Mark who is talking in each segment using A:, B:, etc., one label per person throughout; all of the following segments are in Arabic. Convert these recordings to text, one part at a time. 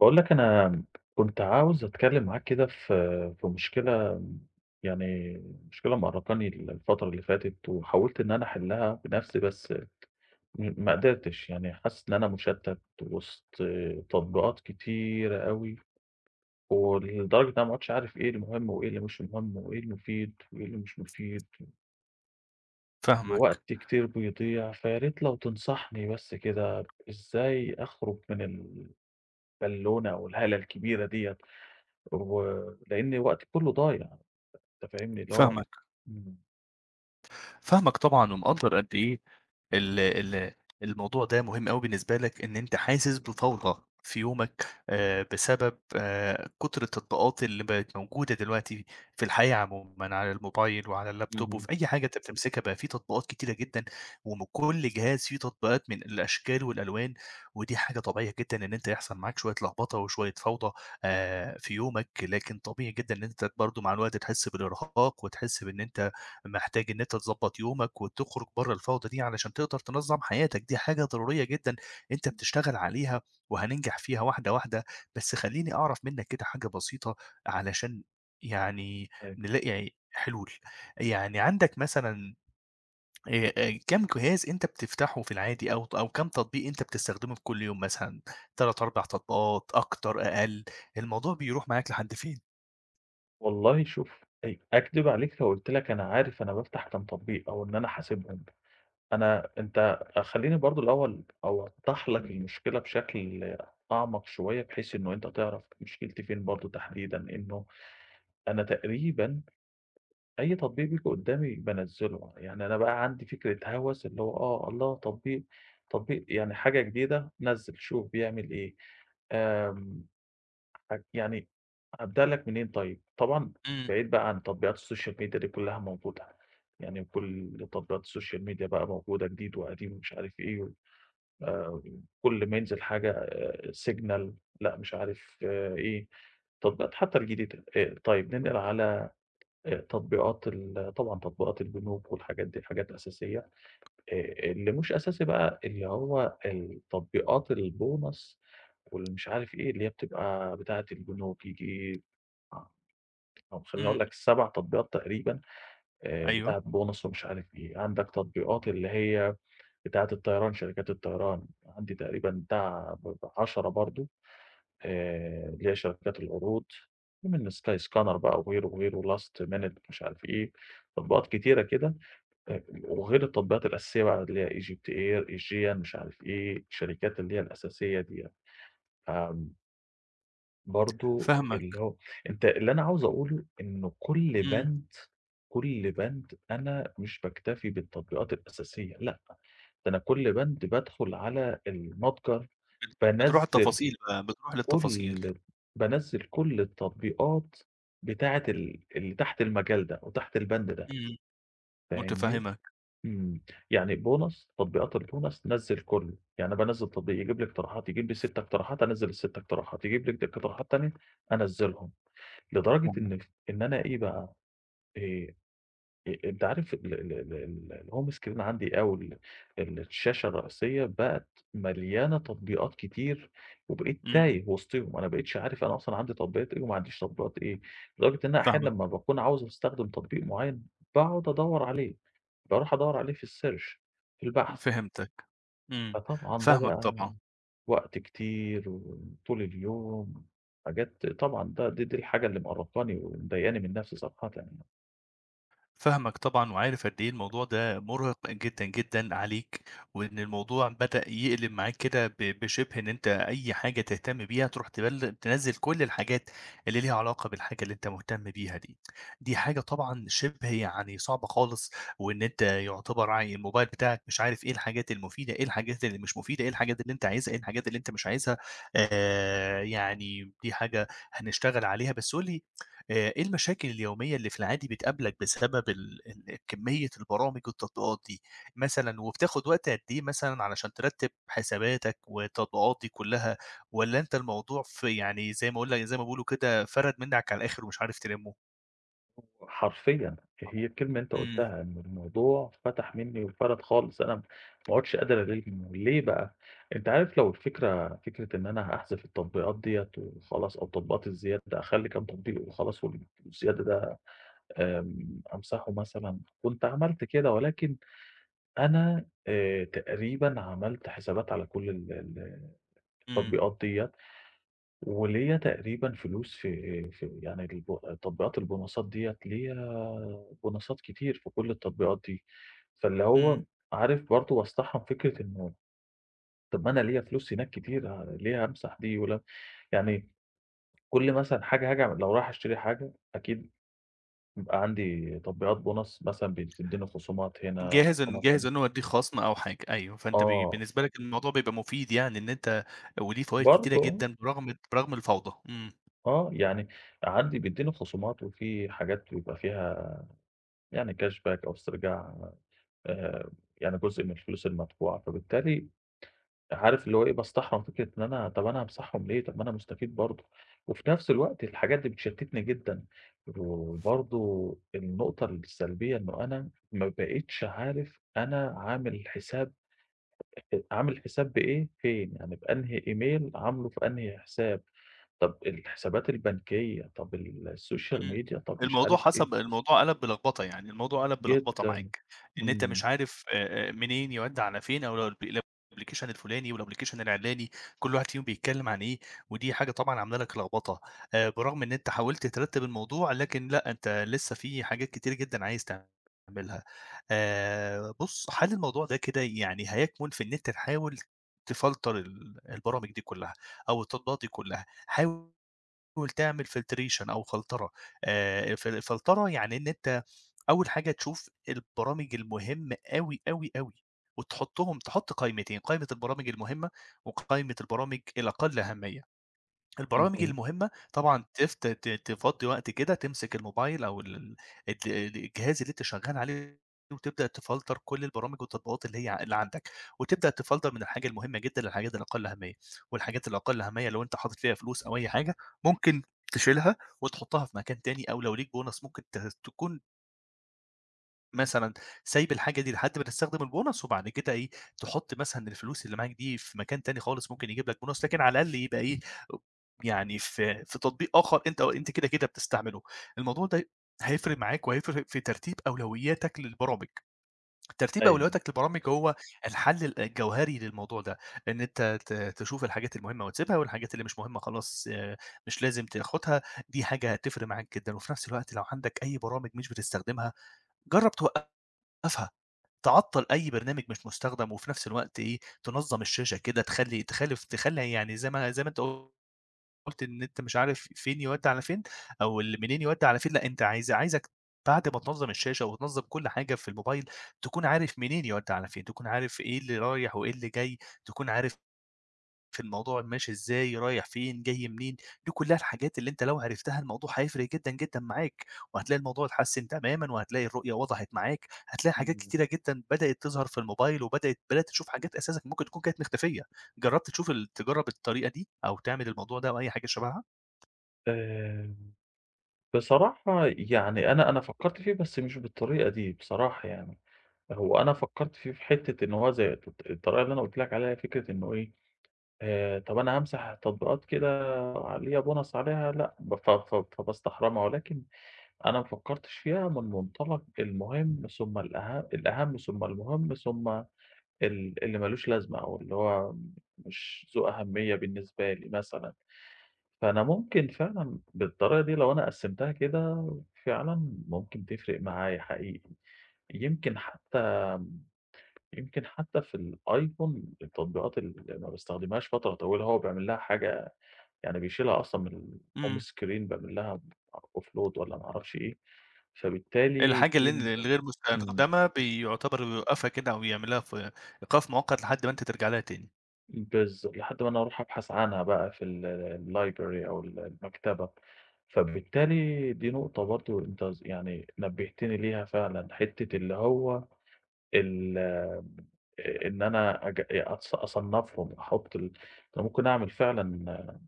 A: باقول لك أنا كنت عاوز أتكلّم معاك كده في مشكلة يعني مشكلة مأرّقاني الفترة اللي فاتت، وحاولت إن أنا أحلّها بنَفْسي بس ما قدرتش، يعني حاسس إن أنا مُشتَّت وسط تطبيقات كتيرة أوي، ولدرجة إن أنا ما عُدتش عارف إيه المهم وإيه اللي مش مهم وإيه المفيد وإيه اللي مش مفيد،
B: فاهمك،
A: ووقت كتير بيضيع، فيا ريت لو تنصحني بس كده إزاي أخرُج من البالونة أو الهالة الكبيرة ديّة ولإن وقتي كله ضايع، أنت فاهمني؟ اللي هو
B: فاهمك،
A: إمم.
B: فاهمك طبعًا ومقدّر قد إيه ال ال الموضوع ده مهم أوي بالنسبة لك، إن أنت حاسس بفوضى في يومك بسبب كتر التطبيقات اللي بقت موجودة دلوقتي في الحياة عمومًا على الموبايل وعلى اللابتوب وفي
A: اهم.
B: أي حاجة أنت بتمسكها بقى في تطبيقات كتيرة جدًا، وكل جهاز فيه تطبيقات من الأشكال والألوان، ودي حاجة طبيعية جدًا إن أنت يحصل معاك شوية لخبطة وشوية فوضى في يومك، لكن طبيعي جدًا إن أنت برضه مع الوقت تحس بالإرهاق وتحس بإن أنت محتاج إن أنت تضبّط يومك وتخرج برّه الفوضى دي علشان تقدر تنظّم حياتك. دي حاجة ضرورية جدًا أنت بتشتغل عليها وهننجح فيها واحدة، واحدة. بس خلّيني أعرف منّك كده حاجة بسيطة علشان يعني
A: أيوه.
B: نلاقي حلول. يعني عندك مثلًا كام جهاز أنت بتفتحه في العادي أو كام تطبيق أنت بتستخدمه في كل يوم مثلًا، 3، 4 تطبيقات، أكتر، أقل؟ الموضوع بيروح معاك لحد فين؟
A: والله شوف أي أكدب عليك لو قُلت لك أنا عارف أنا بافتح كام تطبيق أو إن أنا حاسبهم، أنت خلّيني برضه الأول أوضّح لك المشكلة بشكل أعمق شوية، بحيث إنه أنت تعرف مشكلتي فين برضه تحديدًا، إنه أنا تقريبًا أي تطبيق بييجي قدّامي بانزّله، يعني أنا بقى عندي فكرة هَوَس اللي هو الله تطبيق تطبيق يعني حاجة جديدة نزّل شوف بيعمل إيه، آمم يعني أبدأ لك منين طيب؟ طبعًا
B: إمم.
A: بعيد بقى عن تطبيقات السوشيال ميديا دي كلّها موجودة، يعني كل تطبيقات السوشيال ميديا بقى موجودة جديد وقديم ومش عارف إيه، آآ كل ما ينزل حاجة Signal لأ مش عارف إيه، تطبيقات حتى الجديدة طيب ننقل على تطبيقات طبعًا تطبيقات البنوك والحاجات دي حاجات أساسية، اللي مش أساسي بقى اللي هو التطبيقات البونص واللي مش عارف إيه، اللي هي بتبقى بتاعة البنوك ييجي أو خلّيني أقول
B: إمم.
A: لك 7 تطبيقات تقريبًا
B: أيوه.
A: بتاعة بونص ومش عارف إيه، عندك تطبيقات اللي هي بتاعة الطيران، شركات الطيران، عندي تقريبًا بتاع ب 10 برضه اللي هي شركات العروض، في من Skyscanner بقى وغيره، وغيره، last minute مش عارف إيه، تطبيقات كتيرة كده. آآ وغير التطبيقات الأساسية بقى اللي هي Egypt Air، Aegean مش عارف إيه، الشركات اللي هي الأساسية ديّة،
B: فاهمك.
A: فبرضه اللي
B: فاهمك.
A: هو أنت اللي أنا عاوز أقوله إنه كل
B: إمم.
A: بند، كل بند أنا مش باكتفي بالتطبيقات الأساسية لأ، ده أنا كل بند بادخل على المتجر
B: بتروح
A: بانزّل
B: التفاصيل بقى، بتروح للتفاصيل.
A: كل بانزّل كل التطبيقات بتاعة اللي تحت المجال ده أو تحت البند ده،
B: إمم.
A: فاهمني؟
B: متفهّمك.
A: إمم، يعني bonus تطبيقات الbonus نزّل كلّه، يعني أنا بانزّل تطبيق يجيب لي اقتراحات، يجيب لي 6 اقتراحات أنزّل ال6 اقتراحات، يجيب لي اقتراحات تانية أنزّلهم، لدرجة
B: فاهمك.
A: إن إن أنا إيه بقى آآ أنت عارف ال ال ال ال الhome screen عندي أو ال ال الشاشة الرئيسية بقت مليانة تطبيقات كتير، وبقيت
B: إمم.
A: تايه وسطيهم، أنا ما بقيتش عارف أنا أصلًا عندي تطبيقات إيه وما عنديش تطبيقات إيه، لدرجة إن أنا أحيانًا
B: فاهمك.
A: لمّا باكون عاوز أستخدم تطبيق معين باقعد أدوّر عليه، باروح أدوّر عليه في الsearch في البحث،
B: فهمتك. إمم.
A: فطبعًا ده
B: فاهمك
A: بقى
B: طبعًا.
A: وقت كتير وطول اليوم، حاجات طبعًا ده دي دي الحاجة اللي مقرفاني ومضايقاني من نفسي صراحةً يعني.
B: فاهمك طبعًا وعارف قد إيه الموضوع ده مُرهِق جدًا، جدًا عليك، وإن الموضوع بدأ يقلب معاك كده بشِبه إن أنت أي حاجة تهتم بيها تروح تنزّل كل الحاجات اللي ليها علاقة بالحاجة اللي أنت مهتم بيها دي. دي حاجة طبعًا شِبه يعني صعبة خالص، وإن أنت يُعتبر عي الموبايل بتاعك مش عارف إيه الحاجات المفيدة، إيه الحاجات اللي مش مفيدة، إيه الحاجات اللي أنت عايزها، إيه الحاجات اللي أنت مش عايزها. يعني دي حاجة هنشتغل عليها، بس قُل لي إيه المشاكل اليومية اللي في العادي بتقابلك بسبب ال ال كمية البرامج والتطبيقات دي مثلًا، وبتاخد وقت قد إيه مثلًا علشان ترتّب حساباتك والتطبيقات دي كلّها، والّا أنت الموضوع في يعني زي ما أقول لك زي ما بيقولوا كده فرَد منّك على الآخر ومش عارف تلمّه؟
A: حرفيًا، هي الكلمة اللي أنت
B: إمم.
A: قُلتها، إن الموضوع فتح منّي وفَرَد خالص، أنا ما باقعدش قادر أغير منّه، ليه بقى؟ أنت عارف لو الفكرة فكرة إن أنا هاحذف التطبيقات ديّة وخلاص أو التطبيقات الزيادة، أخلّي كام تطبيق وخلاص والزيادة ده أمسحه مثلًا، كنت عملت كده، ولكن أنا تقريبًا عملت حسابات على كل ال
B: إمم.
A: التطبيقات ديّة، وليّا تقريبًا فلوس في يعني تطبيقات البونصات ديّة ليّا بونصات كتير في كل التطبيقات دي، فاللي
B: إمم.
A: هو عارف برضه باستحرم فكرة إنه طب ما أنا ليّا فلوس هناك كتير ليه هامسح دي ولا يعني كل مثلًا حاجة هاجي أعم لو رايح أشتري حاجة أكيد بيبقى عندي تطبيقات بونص مثلًا بتدّيني خصومات هنا، خصومات
B: جاهز
A: هنا
B: إنه يودّيك خصم أو حاجة، أيوه، فأنت بي
A: آه،
B: بالنسبة لك الموضوع بيبقى مفيد يعني إن أنت وليه فوايد كتيرة
A: برضه
B: جدًا برغم الفوضى. إمم.
A: آه، آه، يعني عندي بيدّيني خصومات وفي حاجات بيبقى فيها يعني cashback أو استرجاع آآ يعني جزء من الفلوس المدفوعة، فبالتالي عارف اللي هو إيه، باستحرم فكرة إن أنا طَب أنا هامسحهم ليه، طَب ما أنا مستفيد برضه، وفي نفس الوقت الحاجات دي بتشتتني جدًا، وبرضه النقطة السلبية إنه أنا ما بقيتش عارف أنا عامل حساب بإيه فين، يعني بأنهي إيميل عامله في أنهي حساب، طَب الحسابات البنكية، طَب السوشيال
B: إمم.
A: ميديا، طَب مش عارف إيه،
B: الموضوع قَلَب بلخبطة، يعني الموضوع قَلَب بلخبطة
A: جدًا،
B: معاك، إن أنت
A: إمم،
B: مش عارف منين يودّي على فين أو لو الapplication الفلاني والapplication العلاني، كل واحد فيهم بيتكلّم عن إيه، ودي حاجة طبعًا عاملة لك لخبطة. برغم إن أنت حاولت ترتّب الموضوع لكن لأ، أنت لسه في حاجات كتير جدًا عايز تعملها. بُص، حل الموضوع ده كده يعني هيكمُن في إن أنت تحاول تفلتر البرامج دي كلّها أو التطبيقات دي كلّها. حاول تعمل filtration أو فلترة. ف فلترة يعني إن أنت أول حاجة تشوف البرامج المهمة أوي، أوي، أوي، وتحطهم تحط قائمتين، قائمة البرامج المهمة وقائمة البرامج الأقل أهمية. البرامج
A: اهم،
B: المهمة طبعًا تفت ت تفضّي وقت كده تمسك الموبايل أو ال ال الت الجهاز اللي أنت شغّال عليه وتبدأ تفلتر كل البرامج والتطبيقات اللي عندك، وتبدأ تفلتر من الحاجة المهمة جدًا للحاجات الأقل أهمية، والحاجات الأقل أهمية لو أنت حاطط فيها فلوس أو أي حاجة ممكن تشيلها وتحطها في مكان تاني، أو لو ليك bonus ممكن ت تكون مثلًا سايب الحاجة دي لحد ما تستخدم البونص، وبعد كده إيه، تحط مثلًا الفلوس اللي معاك دي في مكان تاني خالص ممكن يجيب لك بونص، لكن على الأقل يبقى إيه، يعني في في تطبيق آخر أنت أنت كده، كده بتستعمله. الموضوع
A: إمم،
B: ده هيفرق معاك وهيفرق في ترتيب أولوياتك للبرامج. ترتيب
A: أيوه،
B: أولوياتك للبرامج هو الحل الجوهري للموضوع ده، إن أنت تشوف الحاجات المهمة وتسيبها، والحاجات اللي مش مهمة خلاص، مش لازم تاخدها. دي حاجة هتفرق معاك جدًا. وفي نفس الوقت لو عندك أي برامج مش بتستخدمها، جرّب توقّفها. تعطّل أي برنامج مش مستخدم، وفي نفس الوقت إيه، تنظّم الشاشة كده تخلّي يعني زي ما أنت قُلت إن أنت مش عارف فين يودّي على فين، أو منين يودّي على فين، لأ أنت عايزك بعد ما تنظّم الشاشة وتنظّم كل حاجة في الموبايل، تكون عارف منين يودّي على فين، تكون عارف إيه اللي رايح وإيه اللي جاي، تكون عارف في الموضوع ماشي إزاي، رايح فين، جاي منين. دي كلّها الحاجات اللي أنت لو عرفتها الموضوع هيفرق جدًا، جدًا معاك، وهتلاقي الموضوع اتحسّن تمامًا، وهتلاقي الرؤية وضحت معاك، هتلاقي حاجات كتيرة جدًا بدأت تظهر في الموبايل، وبدأت تشوف حاجات أساسًا ممكن تكون كانت مختفية. جرّبت تشوف ال تجرّب الطريقة دي أو تعمل الموضوع ده أو أي حاجة شبهها؟
A: آآ بصراحة يعني أنا فكّرت فيه بس مش بالطريقة دي بصراحة يعني، هو أنا فكّرت فيه في حتة إن هو زي الطريقة اللي أنا قُلت لك عليها فكرة إنه إيه، طَب أنا هامسح تطبيقات كده ليها bonus عليها لأ، ب ف ف فباستحرمها، ولكن أنا ما فكّرتش فيها من منطلق المهم ثم الأهم ثم المهم ثم اللي ما لوش لازمة أو اللي هو مش ذو أهمية بالنسبة لي مثلًا. فأنا ممكن فعلًا بالطريقة دي لو أنا قسّمتها كده فعلًا ممكن تفرق معايا حقيقي، يمكن حتى يمكن حتى في الأيفون التطبيقات اللي ما باستخدمهاش فترة طويلة هو بيعمل لها حاجة يعني بيشيلها أصلًا من الhome
B: إمم.
A: screen بيعمل لها offload والّا ما أعرفش إيه، فبالتالي
B: الحاجة اللي
A: دي
B: ال الغير
A: إمم.
B: مستخدمة بيعتبر بيوقّفها كده أو يعمل لها إيقاف مؤقت لحد ما أنت ترجع لها تاني.
A: لحد ما أنا أروح أبحث عنها بقى في الlibrary أو المكتبة، فبالتالي دي نقطة برضه أنت يعني نبهتني ليها فعلًا، حتة اللي هو ال إن أنا أج أتص أصنّفهم، أحُط ال أنا ممكن أعمل فعلًا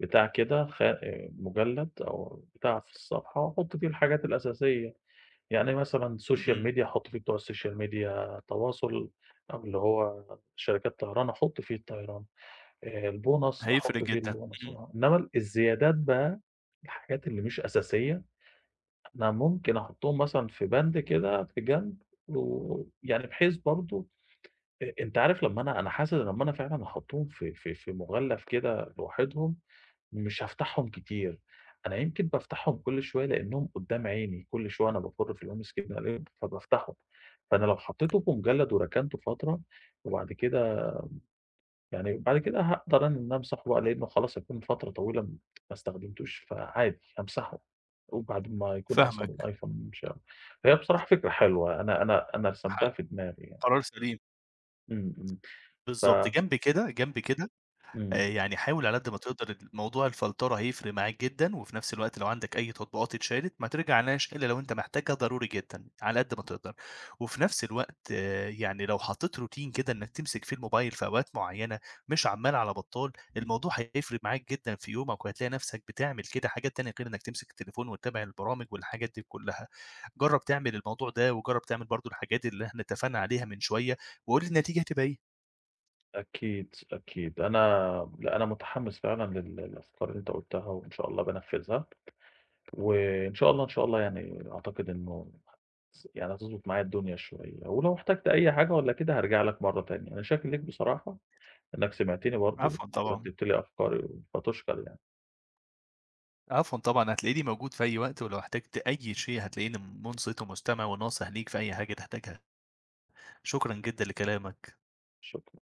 A: بتاع كده خ مجلد أو بتاع في الصفحة وأحُط فيه الحاجات الأساسية، يعني مثلًا social
B: إمم.
A: media أحُط فيه بتوع السوشيال ميديا، تواصل أو اللي هو شركات طيران أحُط فيه الطيران. البونص
B: هيفرق
A: أحُط فيه
B: جدًا.
A: البونص
B: إمم.
A: آه، إنّما الزيادات بقى، الحاجات اللي مش أساسية، أنا ممكن أحُطّهم مثلًا في بند كده في جنب، ويعني بحيث برضه أنت عارف لمّا أنا حاسس لمّا أنا فعلًا هاحُطّهم في في مُغلَّف كده لوحدهم، مش هافتحهم كتير، أنا يمكن بافتحهم كل شوية لإنّهم قُدّام عيني، كل شوية أنا بافُر في الهُمِس كده ألاقيهم فبافتحهم، فأنا لو حطّيته في مُجلَّد وركنته فترة وبعد كده يعني بعد كده هاقدر أنا إن أمسحه بقى لإنه خلاص هيكون فترة طويلة ما استخدمتوش، فعادي هامسحه، وبعد ما يكون أصلًا
B: فاهمك.
A: الأيفون مش هي بصراحة فكرة حلوة، أنا
B: ح
A: رسمتها في دماغي يعني،
B: قرار سليم.
A: إمم، إمم، ف
B: بالضبط، جنب كده، جنب كده.
A: إمم،
B: يعني حاول على قد ما تقدر موضوع الفلترة هيفرق معاك جدًا، وفي نفس الوقت لو عندك أي تطبيقات اتشالت ما ترجعلهاش إلا لو أنت محتاجها ضروري جدًا، على قد ما تقدر. وفي نفس الوقت آه، يعني لو حطيت روتين كده إنك تمسك فيه الموبايل في أوقات معيّنة مش عمّال على بطّال، الموضوع هيفرق معاك جدًا في يومك، وهتلاقي نفسك بتعمل كده حاجات تانية غير إنك تمسك التليفون وتتابع البرامج والحاجات دي كلّها. جرّب تعمل الموضوع ده، وجرّب تعمل برضه الحاجات اللي إحنا اتفقنا عليها من شوية، وقُل لي النتيجة هتبقى إيه.
A: أكيد، أكيد، أنا لأ أنا متحمس فعلًا للأفكار اللي أنت قُلتها وإن شاء الله بانفذها، وإن شاء الله، إن شاء الله يعني أعتقد إنه يعني هتضبط معايا الدنيا شوية، ولو احتجت أي حاجة والّا كده هارجع لك مرة تانية، أنا شاكر ليك بصراحة إنك سمعتني برضه
B: عفوًا طبعًا.
A: ورتّبت لي أفكاري، فتُشكر يعني،
B: عفوا طبعًا، هتلاقيني موجود في أي وقت، ولو احتجت أي شيء هتلاقيني منصت ومستمع وناصح ليك في أي حاجة تحتاجها. شكرًا جدًا لكلامك.
A: شكرًا.